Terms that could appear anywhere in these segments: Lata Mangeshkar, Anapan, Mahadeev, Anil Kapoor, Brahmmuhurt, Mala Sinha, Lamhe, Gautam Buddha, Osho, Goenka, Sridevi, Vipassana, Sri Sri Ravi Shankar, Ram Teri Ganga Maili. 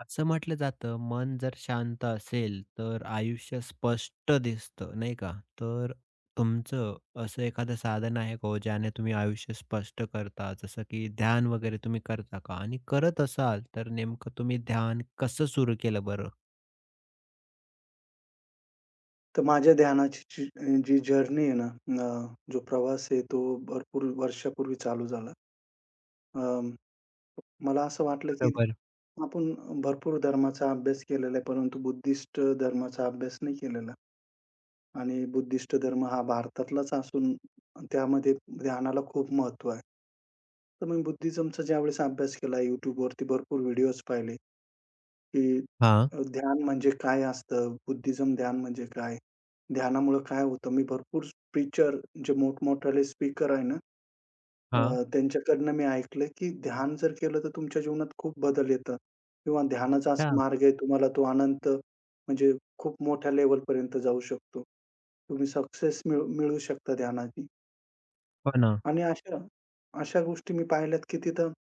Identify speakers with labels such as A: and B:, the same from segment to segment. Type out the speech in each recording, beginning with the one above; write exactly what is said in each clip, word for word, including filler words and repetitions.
A: असं म्हटलं जातं, मन जर शांत असेल, तर आयुष्य स्पष्ट दिसतं, नाही का? तर तुमचं असं एखादं साधन आहे का हो, ज्याने तुम्ही आयुष्य स्पष्ट करता? जसं की ध्यान वगैरे तुम्ही करता का? आणि करत असाल, तर नेमकं तुम्ही ध्यान कसं सुरू केलं बरं?
B: तर माझ्या ध्यानाची जी अ, जी जर्नी आहे ना, अ, जो प्रवास आहे तो भरपूर वर्षापूर्वी चालू झाला. अ, मला असं वाटलं, की
A: बरोबर.
B: आपण भरपूर धर्माचा अभ्यास केलेला आहे, परंतु बुद्धिस्ट धर्माचा अभ्यास नाही केलेला आणि बुद्धिस्ट धर्म हा भारतातलाच असून त्यामध्ये ध्यानाला खूप महत्त्व आहे. तर मी बुद्धिझमचा ज्यावेळेस अभ्यास केला YouTubeवरती भरपूर व्हिडिओज पाहिले. की
A: हां,
B: अ, ध्यान म्हणजे काय असतं? बुद्धिझम ध्यान म्हणजे काय? ध्यानामुळं काय होतं? मी भरपूर स्पीचर जे मोठमोठाले स्पीकर आहे ना, अ,
A: हां.
B: त्यांच्याकडनं मी ऐकलं की ध्यान जर केलं तर तुमच्या जीवनात खूप बदल येतं किंवा ध्यानाचा असा
A: अच्छा.
B: मार्ग आहे तुम्हाला तो अनंत म्हणजे खूप मोठ्या लेव्हलपर्यंत जाऊ शकतो. तुम्ही सक्सेस मिळू मिळवू शकता ध्यानाने
A: हो ना,
B: आणि अशा अशा गोष्टी मी पाहिल्यात की तिथं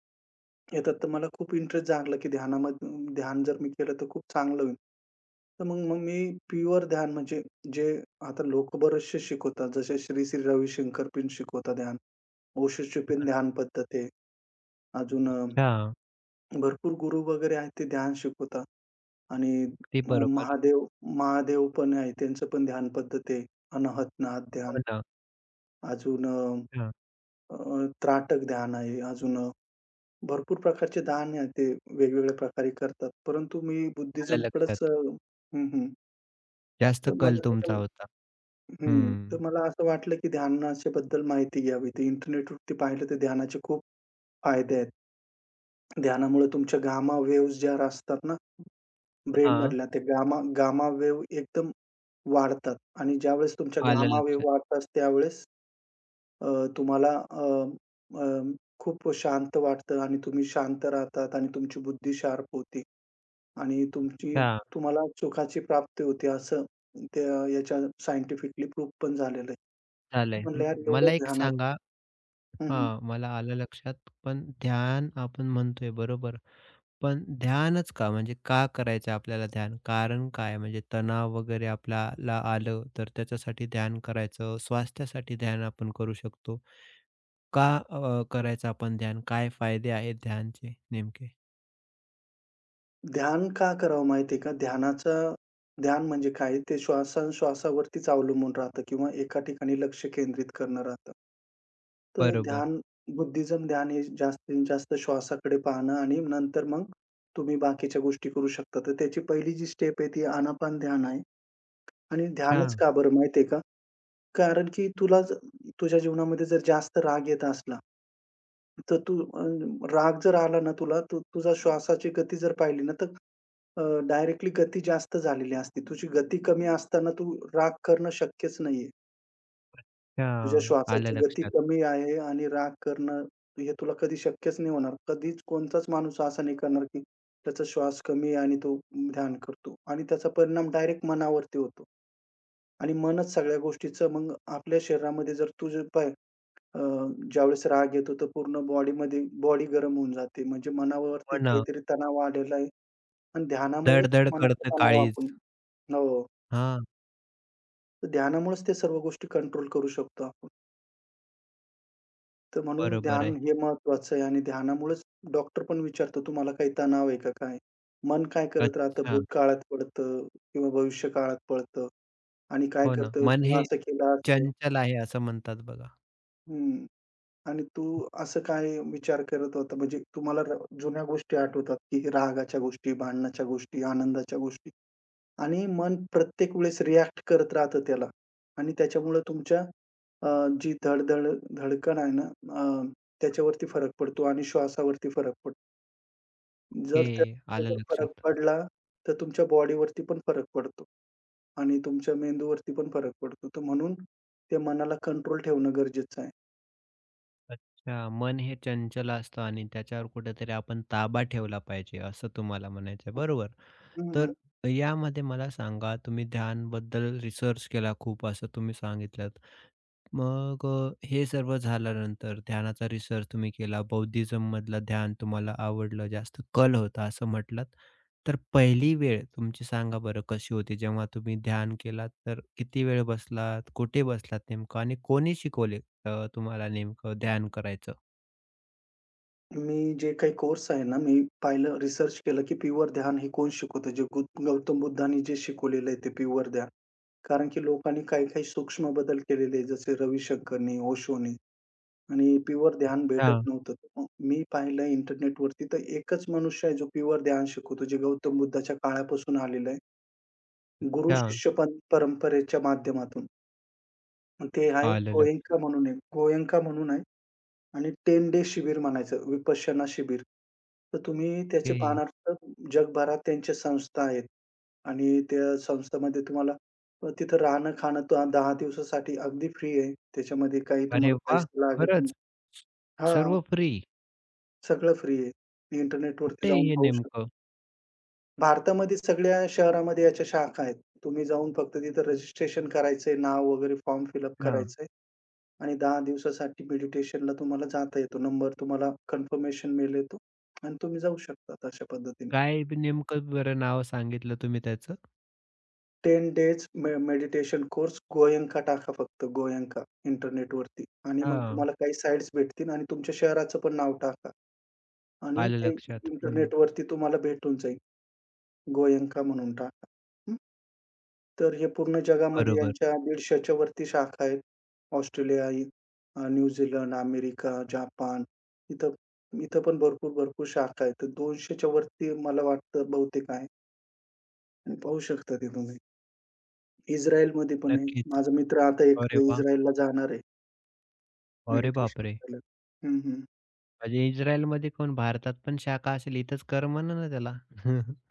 B: येतात. तर मला खूप इंटरेस्ट जागला, की ध्यानामधून ध्यान जर मी केलं, तर खूप चांगलं होईल. तर मग मग मी प्युअर ध्यान म्हणजे जे आता लोकं बरेचसे शिकवतात. जसे श्री, श्री रविशंकर पण शिकवतात ध्यान. ओशोची
A: हो
B: पण
A: ना.
B: ध्यान पद्धत आहे. अजून अ,
A: अच्छा.
B: भरपूर गुरु वगैरे आहेत ते ध्यान शिकवतात आणि
A: अगदी
B: अ,
A: बरोबर.
B: महादेव महादेव पण आहे. त्यांचं पण ध्यान पद्धत आहे. अनाहत नाद
A: हो
B: ध्यान.
A: ना.
B: अजून अ,
A: हां.
B: अ, त्राटक ध्यान आहे. अजून भरपूर प्रकारचे दान आहे ते वेगवेगळ्या प्रकारे करतात. परंतु मी
A: आलं
B: बुद्धिझमकडेच
A: लक्षात.
B: अ, हं, हं.
A: जास्त
B: तर
A: कल
B: मला त्याच्या
A: तुमचा होता.
B: हं.
A: हं.
B: तर मला असं वाटलं, की ध्यानाच्याबद्दल माहिती घ्यावी. ते इंटरनेटवरती पाहिलं तर ध्यानाचे खूप फायदे आहेत. ध्यानामुळे तुमच्या गामा वेव्हज ज्या असतात ना
A: हां.
B: ब्रेनमधल्या, त्या गामा गामा वेव्ह एकदम वाढतात आणि ज्यावेळेस तुमच्या
A: आलं
B: गामा वेव्ह
A: लक्षात.
B: वाढतात त्यावेळेस अ, तुम्हाला अ, अ, खूप शांत वाटतं आणि तुम्ही शांत राहतात आणि तुमची बुद्धी शार्प होते. आणि तुमची तुम्हाला सुखाची प्राप्ती होते असं त्या याच्या सायंटिफिकली प्रूफ पण झालेलं आहे.
A: झालंय.
B: मी म्हणलं
A: हं,
B: यार एवढं
A: मला एक
B: ध्यानात
A: सांगा.
B: हं, हं.
A: हां, मला आलं लक्षात. पण ध्यान आपण म्हणतोय बरोबर. पण ध्यानच का? म्हणजे का करायचं आपल्याला ध्यान? कारण काय? म्हणजे तणाव वगैरे आपल्याला आलं, तर त्याच्यासाठी ध्यान करायचं. स्वास्थ्यासाठी ध्यान आपण करू शकतो. का अ, करायचं आपण ध्यान? काय फायदे आहेत ध्यानचे नेमके?
B: ध्यान का करावं माहिती का? ध्यानाचं ध्यान म्हणजे काय? ते श्वासाश्वासावरतीच अवलंबून राहतं किंवा एका ठिकाणी लक्ष केंद्रित करणं राहतं. तर
A: बरोबर.
B: ध्यान बुद्धिझम ध्यान हे जास्तीत जास्त श्वासाकडे पाहणं आणि नंतर मग तुम्ही बाकीच्या गोष्टी करू शकता. तर त्याची पहिली जी स्टेप आहे ती आनापान ध्यान आहे आणि
A: अच्छा,
B: ध्यानच का बरं माहिती का? कारण की तुला जर तुझ्या जीवनामध्ये जर जास्त राग येत असला, तर तू अ, राग जर आला ना तुला, तर तुझा श्वासाची गती जर पाहिली ना, तर डायरेक्टली गती जास्त झालेली असते. तुझी गती कमी असताना तू राग करणं शक्यच नाहीये. तुझ्या
A: अच्छा. आलं
B: श्वासाची गती
A: लक्षात.
B: कमी आहे आणि राग करणं हे तुला कधी शक्यच नाही होणार. कधीच कोणताच माणूस असा नाही करणार, की त्याचा श्वास कमी आहे आणि तो ध्यान करतो आणि त्याचा परिणाम डायरेक्ट मनावरती होतो आणि मनच सगळ्या गोष्टीचं मग आपल्या शरीरामध्ये जर तुझं पाय अ, ज्यावेळेस राग येतो तर पूर्ण बॉडीमध्ये बॉडी गरम होऊन जाते. म्हणजे मनावरती
A: हो ना.
B: काहीतरी तणाव आलेला आहे आणि ध्यानामुळेच
A: धड-धड
B: मनाचा
A: करतं
B: तणाव
A: काळीज.
B: आपण हो.
A: हां,
B: तर ध्यानामुळेच ते सर्व गोष्टी कंट्रोल करू शकतो आपण. तर म्हणून
A: बरोबर
B: ध्यान
A: आहे.
B: हे महत्वाचं आहे आणि ध्यानामुळेच डॉक्टर पण विचारतो, "तुम्हाला काही तणाव आहे का काय?" मन काय करत राहतं,
A: अच्छा.
B: भूतकाळात पळतं किंवा भविष्यकाळात पळतं आणि काय
A: हो ना.
B: करतं,
A: मन
B: "तू
A: हे
B: असं केलं असतं."
A: चंचल आहे असं म्हणतात बघा.
B: हं. आणि तू असं काय विचार करत होता? म्हणजे तुम्हाला र जुन्या गोष्टी आठवतात, की रागाच्या गोष्टी, भांडणाच्या गोष्टी, आनंदाच्या गोष्टी आणि मन प्रत्येक वेळेस रिएक्ट करत राहतं त्याला आणि त्याच्यामुळं तुमच्या अ, जी धड-धड धडकण आहे ना, अ, त्याच्यावरती फरक पडतो आणि श्वासावरती फरक पडतो.
A: हे
B: जर त्याचा
A: आलं
B: जर फरक
A: लक्षात.
B: पडला, तर तुमच्या बॉडीवरती पण फरक पडतो आणि तुमच्या मेंदूवरती पण फरक पडतो. तर म्हणून ते मनाला कंट्रोल ठेवणं गरजेचं आहे.
A: अच्छा, मन हे चंचल असतं आणि त्याच्यावर कुठेतरी आपण ताबा ठेवला पाहिजे असं तुम्हाला म्हणायचं आहे. बरोबर. तर
B: हं,
A: यामध्ये मला सांगा, तुम्ही ध्यानबद्दल रिसर्च केला खूप असं तुम्ही सांगितलत. मग अ, हे सर्व झाल्यानंतर ध्यानाचा रिसर्च तुम्ही केला, बौद्धिझममधलं ध्यान तुम्हाला आवडलं, जास्त कल होता असं म्हटलात. तर पहिली वेळ तुमची सांगा बरं कशी होती? जेव्हा तुम्ही ध्यान केलात, तर किती वेळ बसलात? कुठे बसलात नेमकं? आणि कोणी शिकवले अ, तुम्हाला नेमकं ध्यान करायचं?
B: मी जे काही कोर्स आहे ना, मी पाहिलं रिसर्च केलं, की प्युअर ध्यान हे कोण शिकवतं? जे गौ गौतम बुद्धांनी जे शिकवलेलं आहे ते प्युअर ध्यान. कारण की लोकांनी काही-काही सूक्ष्म बदल केलेले आहे, जसे रविशंकरनी, ओशोनी आणि प्युअर ध्यान भेटत
A: अच्छा,
B: नव्हतं. मग मी पाहिलं इंटरनेटवरती तर एकच मनुष्य आहे जो प्युअर ध्यान शिकवतो, जे गौतम बुद्धाच्या काळापासून आलेलं आहे. गुरु
A: अच्छा.
B: शिष्य पं परंपरेच्या माध्यमातून. मग ते आहे
A: आलं
B: गोएंका
A: लक्षात.
B: म्हणून आहे. गोएंका म्हणून आहे. आणि दहा डे शिबिर म्हणायचं विपश्यना शिबिर. तर तुम्ही त्याचे
A: ओके.
B: पाहणार तर जगभरात त्यांच्या संस्था आहेत आणि त्या संस्थामध्ये तुम्हाला अ, तिथं राहणं-खाणं त दहा दिवसासाठी अगदी फ्री आहे. त्याच्यामध्ये काही
A: अरे
B: तुम्हाला
A: वाह!
B: पैसे लागत नाही.
A: खरंच.
B: हां,
A: सर्व फ्री.
B: सगळं फ्री आहे. इंटरनेटवरती
A: कुठे आहे
B: जाऊन
A: हे
B: पाहू शकता.
A: नेमकं?
B: भारतामध्ये सगळ्या शहरामध्ये याच्या शाखा आहेत. तुम्ही जाऊन फक्त तिथं रजिस्ट्रेशन करायचंय, नाव वगैरे फॉर्म फिल अप
A: हां.
B: आणि दहा दिवसासाठी मेडिटेशनला तुम्हाला जाता येतो. नंबर तुम्हाला कन्फर्मेशन मेल येतो आणि तुम्ही जाऊ शकता अशा पद्धतीने.
A: काय ब- नेमकं बरं नाव सांगितलं तुम्ही त्याचं?
B: दहा डेज मे मेडिटेशन कोर्स Goenka टाका फक्त Goenka इंटरनेटवरती आणि मग
A: हां.
B: तुम्हाला काही साइट्स भेटतील आणि तुमच्या शहराचं पण नाव टाका आणि
A: आलं
B: ते
A: लक्षात. हं.
B: इंटरनेटवरती तुम्हाला भेटून जाईल. Goenka म्हणून टाका. हं. तर हे पूर्ण जगामध्ये
A: बरोबर.
B: यांच्या 150च्या वरती शाखा आहेत. ऑस्ट्रेलिया, इ- अ, न्यूझीलंड, अमेरिका, जापान इथं इथं पण भरपूर, भरपूर शाखा आहेत. तर 200च्या वरती मला वाटतं बहुतेक आहे आणि पाहू शकता ते तुम्ही. इस्रायलमध्ये पण आहे.
A: नक्कीच.
B: माझा मित्र आता एक
A: अरे वाह!
B: इस्रायलला जाणार आहे
A: अरे
B: मेडिटेशन
A: बापरे!
B: करायला. हं, हं.
A: म्हणजे इस्रायलमध्ये कोण भारतात पण शाखा असेल इथंच कर म्हणा ना त्याला.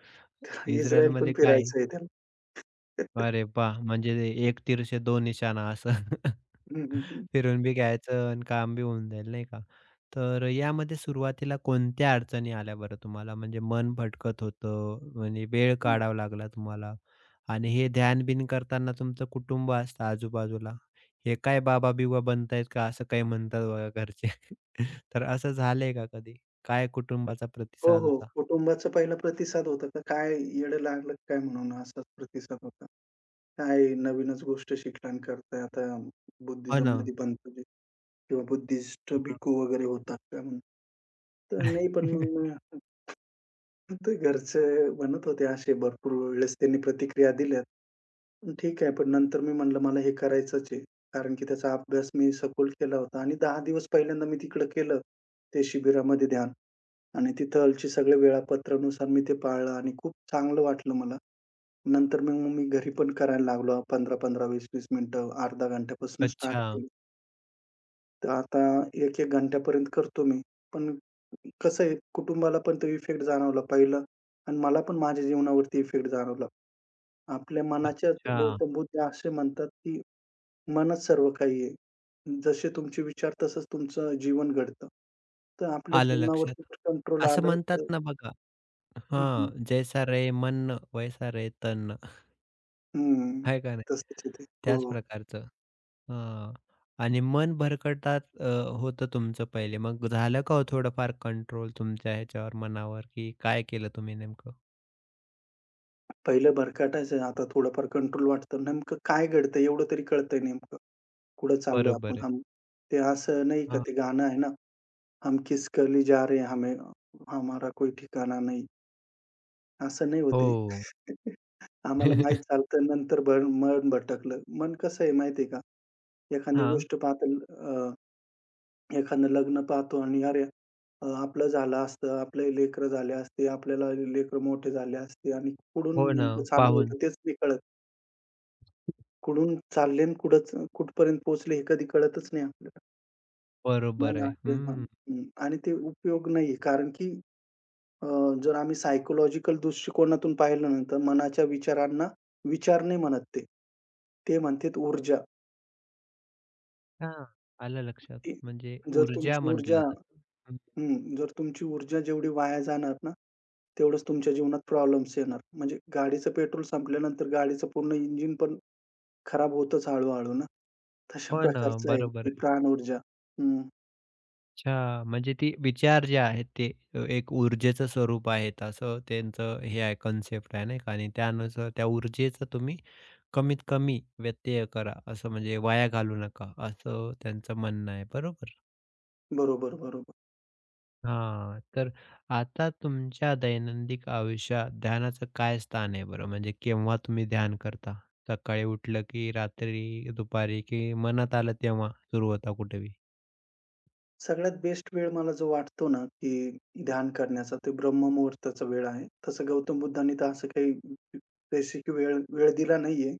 B: इस्रायल पण
A: इस्रायलमध्ये काय?
B: फिरायचं आहे त्याला.
A: अरे वाह! म्हणजे एक तीरशे दोन निशाणा असं.
B: हं, हं, हं,
A: फिरून बी घ्यायचं आणि काम बी होऊन जाईल नाही का? तर यामध्ये सुरुवातीला कोणत्या अडचणी आल्या बरं तुम्हाला? म्हणजे मन भटकत होतं, म्हणजे वेळ
B: हं.
A: काढावा लागला तुम्हाला आणि हे ध्यान-बिन करताना तुमचं कुटुंब असतं आजूबाजूला. हे काय बाबा-बिबा बनतायत का? असं काही म्हणतात बघा घरचे. तर असं झालंय का कधी? काय कुटुंबाचा
B: हो,
A: प्रतिसाद
B: हो.
A: होता?
B: कुटुंबाचा पहिला प्रतिसाद होता का काय येडं लागलं का काय म्हणून असाच प्रतिसाद होता? काय नवीनच गोष्ट शिकला आणि करताय आता
A: हो ना.
B: बुद्धिझममध्ये बनतो ते किंवा बुद्धिस्ट भिक्खू वगैरे होतात का म्हणून? तर नाही पण मग ते घरचे म्हणत होते असे भरपूर वेळेस त्यांनी प्रतिक्रिया दिल्यात. पण ठीक आहे, पण नंतर मी म्हणलं मला हे करायचंच आहे. कारण की त्याचा अभ्यास मी सखोल केला होता आणि दहा दिवस पहिल्यांदा मी तिकडं केलं, ते शिबिरामध्ये ध्यान आणि तिथलची सगळे वेळापत्रानुसार मी ते पाळलं आणि खूप चांगलं वाटलं मला. नंतर मग मग मी घरी पण करायला लागलो. पंधरा पंधरा, वीस वीस मिनिटं, अर्धा घंट्यापासून स्टार्ट
A: अच्छा.
B: केली. तर आता एक 1 घंट्यापर्यंत करतो मी. पण कसं आहे, कुटुंबाला पण तो इफेक्ट जाणवला पहिलं आणि मला पण माझ्या जीवनावरती इफेक्ट जाणवला. आपल्या मनाच्याच
A: अच्छा.
B: गौतम बुद्ध असे म्हणतात, की मनच सर्व काही आहे. जसे तुमचे विचार तसंच तुमचं जीवन घडतं. तर आपल्या
A: आलं लक्षात.
B: जीवनावरती कंट्रोल
A: असं
B: आलं
A: म्हणतात
B: तर
A: ना बघा.
B: हं, हं.
A: हां, जैसा रे मन वैसा रे तन.
B: हं.
A: आहे का नाही?
B: तसंच आहे ते. हो.
A: त्याच प्रकारचं. हां. आणि मन भरकटतात अ, होतं तुमचं पहिले. मग झालं का हो थोडंफार कंट्रोल तुमच्या ह्याच्यावर मनावर, की काय केलं तुम्ही नेमकं?
B: पहिलं भरकटायचं, आता थोडंफार कंट्रोल वाटतं. नेमकं काय घडतंय एवढं तरी कळतंय नेमकं. कुठं चाललोय आपण
A: बरोबर आहे.
B: हम ते असं नाही का
A: हां.
B: ते गाणं आहे ना, हम किस गली जा रहे हैं हमें हमारा कोई ठिकाना नहीं. असं नाही होत आहे.
A: हो.
B: आम्हाला माहीत चालतं नंतर भर मन भटकलं. मन कसं आहे माहिती आहे का? एखादी
A: हां.
B: गोष्ट पाहतं अ, एखादं लग्न पाहतो आणि अरे, अ, आपलं झालं असतं, आपले लेकरं झाले असते, आपल्याला लेकरं मोठे झाले असते आणि कुठून
A: हो ना,
B: नेमकं चालू
A: पाहून.
B: होतं तेच नाही कळत. कुठून चालले आणि कुठंच कुठपर्यंत पोहोचले हे कधी कळतच नाही आपल्याला.
A: बरोबर
B: मन
A: आहे.
B: आपले हां,
A: हं.
B: हं. आणि ते उपयोग नाहीये कारण की अ, जर आम्ही सायकॉलॉजिकल दृष्टिकोनातून पाहिलं ना, तर मनाच्या विचारांना विचार नाही म्हणत ते. ते म्हणतात ऊर्जा.
A: हां. आलं लक्षात.
B: ती
A: म्हणजे
B: जर
A: ऊर्जा
B: तुमची ऊर्जा
A: म्हटलं जातं. हं.
B: हं, जर तुमची ऊर्जा जेवढी वाया जाणार ना, तेवढंच तुमच्या जीवनात प्रॉब्लेम्स येणार. म्हणजे गाडीचं पेट्रोल संपल्यानंतर गाडीचं पूर्ण इंजिन पण खराब होतच हळू-हळू ना, तशा
A: हो ना,
B: प्रकारचं आहे
A: बरोबर
B: ती
A: आहे.
B: प्राणऊर्जा. हं.
A: अच्छा, म्हणजे ती विचार जे आहेत ते अ, एक ऊर्जेचं स्वरूप आहेत असं त्यांचं हे आहे कन्सेप्ट आहे नाही का? आणि त्यानुसार त्या ऊर्जेचा तुम्ही कमीत कमी व्यत्यय करा, असं म्हणजे वाया घालवू नका, असं त्यांचं म्हणणं आहे. बरोबर?
B: बरोबर, बरोबर.
A: हां, तर आता तुमच्या दैनंदिन आयुष्यात ध्यानाचं काय स्थान आहे बरं? म्हणजे केव्हा तुम्ही ध्यान करता? सकाळी उठलं की रात्री, दुपारी की मनात आलं तेव्हा सुरू होता कुठेही?
B: सगळ्यात बेस्ट वेळ मला जो वाटतो ना, की ध्यान करण्याचा ते ब्रह्ममुहूर्ताचा वेळ आहे. तसं गौतम बुद्धांनी तर असं काही स्पेसिफिक वेळ वेळ दिला नाहीये.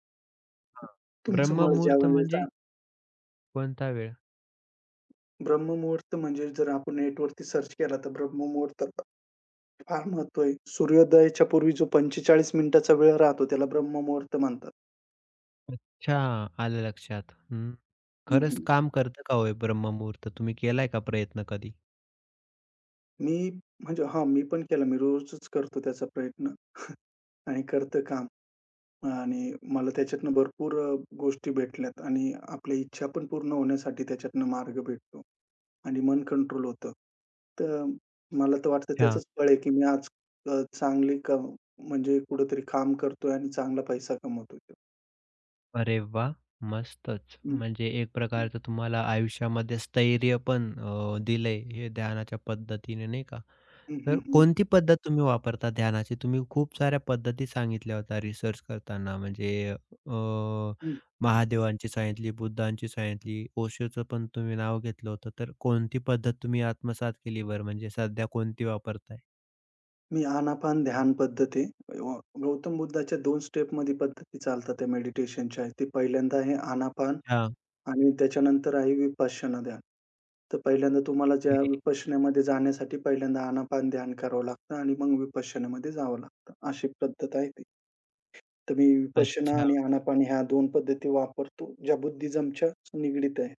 A: हां.
B: तुमचं मन
A: ब्रह्ममुहूर्त
B: ज्यावेळेस
A: म्हणजे कोणता वेळ?
B: ब्रह्ममुहूर्त म्हणजे जर आपण नेटवरती सर्च केला तर ब्रह्ममुहूर्ताला फार महत्व आहे. सूर्योदयाच्या पूर्वी जो पंचेचाळीस मिनिटाचा वेळ राहतो त्याला ब्रह्ममुहूर्त म्हणतात.
A: अच्छा, आलं लक्षात. हं.
B: हं,
A: खरंच
B: हं.
A: काम करतं का हो हे ब्रह्ममुहूर्त? तुम्ही केलाय का प्रयत्न कधी?
B: मी म्हणजे हां, मी पण केला. मी रोजच करतो त्याचा प्रयत्न आणि करतं काम. आणि मला त्याच्यातनं भरपूर अ, गोष्टी भेटल्यात आणि आपल्या इच्छा पण पूर्ण होण्यासाठी त्याच्यातनं मार्ग भेटतो आणि मन कंट्रोल होतं. तर मला तर वाटतं
A: अच्छा.
B: त्याचंच फळ आहे, की मी आज अ, चांगली क म्हणजे कुठेतरी काम करतोय आणि चांगला पैसा कमवतोय.
A: अरे वाह! मस्तच.
B: हं,
A: म्हणजे एक प्रकारचं तुम्हाला आयुष्यामध्ये स्थैर्य पण अ, दिलंय हे ध्यानाच्या पद्धतीने, नाही का?
B: हं,
A: तर
B: हं, हं, हं,
A: कोणती पद्धत तुम्ही वापरता ध्यानाची? तुम्ही खूप साऱ्या पद्धती सांगितल्या होत्या रिसर्च करताना. म्हणजे अ, महादेवांची सांगितली, बुद्धांची सांगितली, ओशोचं पण तुम्ही नाव घेतलं होतं. तर कोणती पद्धत तुम्ही आत्मसात केली बरं? म्हणजे सध्या कोणती वापरताय?
B: मी आनापान ध्यान पद्धत गौतम बुद्धाच्या दोन स्टेपमध्ये पद्धती चालतात त्या मेडिटेशनच्या. ते पहिल्यांदा आहे आनापान.
A: अच्छा,
B: आणि त्याच्यानंतर आहे विपश्यना ध्यान. तर पहिल्यांदा तुम्हाला ज्या
A: ओके.
B: विपश्यनेमध्ये जाण्यासाठी पहिल्यांदा आनापान ध्यान करावं लागतं आणि मग विपश्यनेमध्ये जावं लागतं. अशी पद्धत आहे ती. तर मी विपश्यना
A: अच्छा,
B: आणि आनापान ह्या दोन पद्धती वापरतो, ज्या बुद्धिझमच्या निगडीत आहे.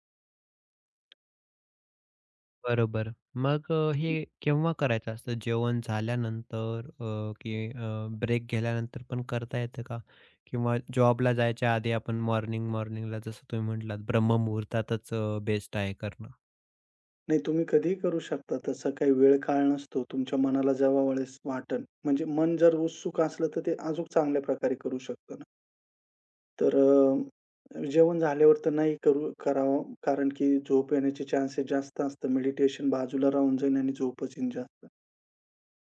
A: बरोबर. मग अ, हे केव्हा करायचं असतं? जेवण झाल्यानंतर अ, की अ, ब्रेक घेतल्यानंतर पण करता येतं का? किंवा जॉबला जायच्या आधी आपण मॉर्निंग मॉर्निंगला जसं तुम्ही म्हटलात ब्रह्ममुहूर्तातच अ, बेस्ट आहे करणं.
B: नाही तुम्ही कधीही करू शकता. तसा काही वेळ काळ नसतो. तुमच्या मनाला जेव्हा वेळेस वाटेल म्हणजे मन जर उत्सुक असलं, तर ते अजूक चांगल्या प्रकारे करू शकतं ना. तर अ, जेवण झाल्यावर तर नाही करू करावं कारण की झोप येण्याचे चान्सेस जास्त असतात. मेडिटेशन बाजूला राहून जाईल आणि झोपच येईल जास्त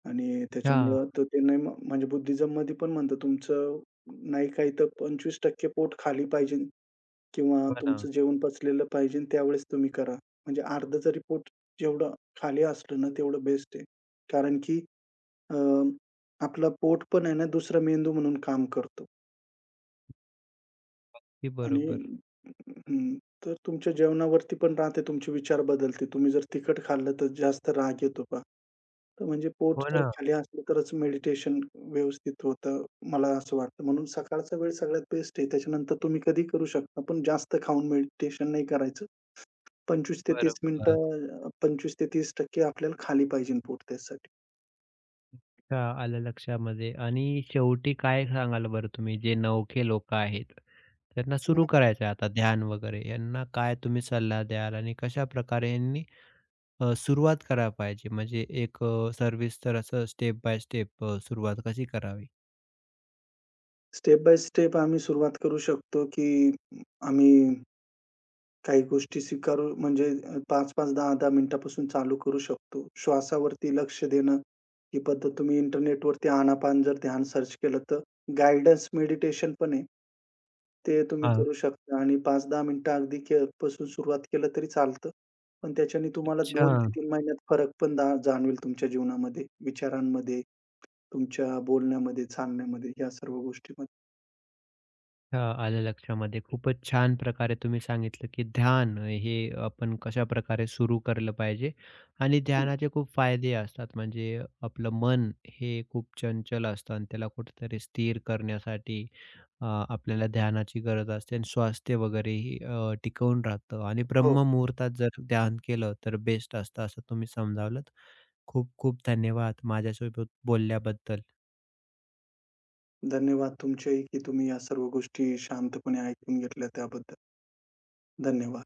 B: आणि
A: हां,
B: त्याच्यामुळं तर ते नाही म- म्हणजे बुद्धिझममध्ये पण म्हणतात तुमचं नाही काही तर पंचवीस टक्के पोट खाली पाहिजे किंवा
A: हो ना.
B: तुमचं जेवण पचलेलं पाहिजे त्यावेळेस तुम्ही करा. म्हणजे अर्धं जरी पोट जेवढं खाली असलं ना तेवढं बेस्ट आहे. कारण की अ, आपलं पोट पण आहे ना दुसरा मेंदू म्हणून काम करतो.
A: अगदी
B: आणि
A: बरोबर.
B: हं, तर तुमच्या जेवणावरती पण राहते, तुमचे विचार बदलते. तुम्ही जर तिखट खाल्लं तर जास्त राग येतो पहा. तर म्हणजे पोट
A: हो
B: जर
A: ना,
B: खाली असलं तरच मेडिटेशन व्यवस्थित होतं, मला असं वाटतं. म्हणून सकाळचा वेळ सगळ्यात बेस्ट आहे. त्याच्यानंतर तुम्ही कधीही करू शकता, पण जास्त खाऊन मेडिटेशन नाही करायचं. पंचवीस ते तीस
A: बरोबर.
B: मिनिटं, पंचवीस ते तीस टक्के आपल्याला खाली पाहिजे पोट त्यासाठी.
A: अच्छा, आलं लक्षामध्ये. आणि शेवटी काय सांगाल बरं तुम्ही जे नवखे लोकं आहेत, त्यांना सुरू करायचं आहे आता ध्यान वगैरे, यांना काय तुम्ही सल्ला द्याल आणि कशाप्रकारे यांनी अ, सुरुवात करायला पाहिजे म्हणजे एक अ, सर्व्हिस तर असं स्टेप बाय स्टेप सुरुवात कशी करावी?
B: स्टेप बाय स्टेप आम्ही सुरुवात करू शकतो, की आम्ही काही गोष्टी स्वीकारू म्हणजे अ, पाच पाच, दहा दहा मिनिटापासून चालू करू शकतो. श्वासावरती लक्ष देणं, ही पद्धत तुम्ही इंटरनेटवरती आनापान जर ध्यान सर्च केलं तर गाईडन्स मेडिटेशन पण आहे. ते तुम्ही
A: हां.
B: करू शकता आणि पाच ते दहा मिनिटं अगदी के पासून सुरुवात केलं तरी चालतं. पण त्याच्याने तुम्हाला
A: अच्छा,
B: दोन ते तीन महिन्यात फरक पण दा जाणवेल तुमच्या जीवनामध्ये, विचारांमध्ये, तुमच्या बोलण्यामध्ये, चालण्यामध्ये या सर्व गोष्टींमध्ये.
A: अच्छा. आलं लक्षामध्ये. खूपच छान प्रकारे तुम्ही सांगितलं, की ध्यान हे आपण कशाप्रकारे सुरू केलं पाहिजे आणि
B: हं.
A: ध्यानाचे खूप फायदे असतात. म्हणजे आपलं मन हे खूप चंचल असतं आणि त्याला कुठेतरी स्थिर करण्यासाठी अ, आपल्याला ध्यानाची गरज असते आणि स्वास्थ्य वगैरेही अ, टिकवून राहतं आणि
B: हो.
A: ब्रह्ममुहूर्तात जर ध्यान केलं तर बेस्ट असतं असं तुम्ही समजावलं. खूप खूप धन्यवाद माझ्यासोबत बोलल्याबद्दल.
B: धन्यवाद तुमचेही, की तुम्ही या सर्व गोष्टी शांतपणे ऐकून घेतल्या त्याबद्दल. धन्यवाद.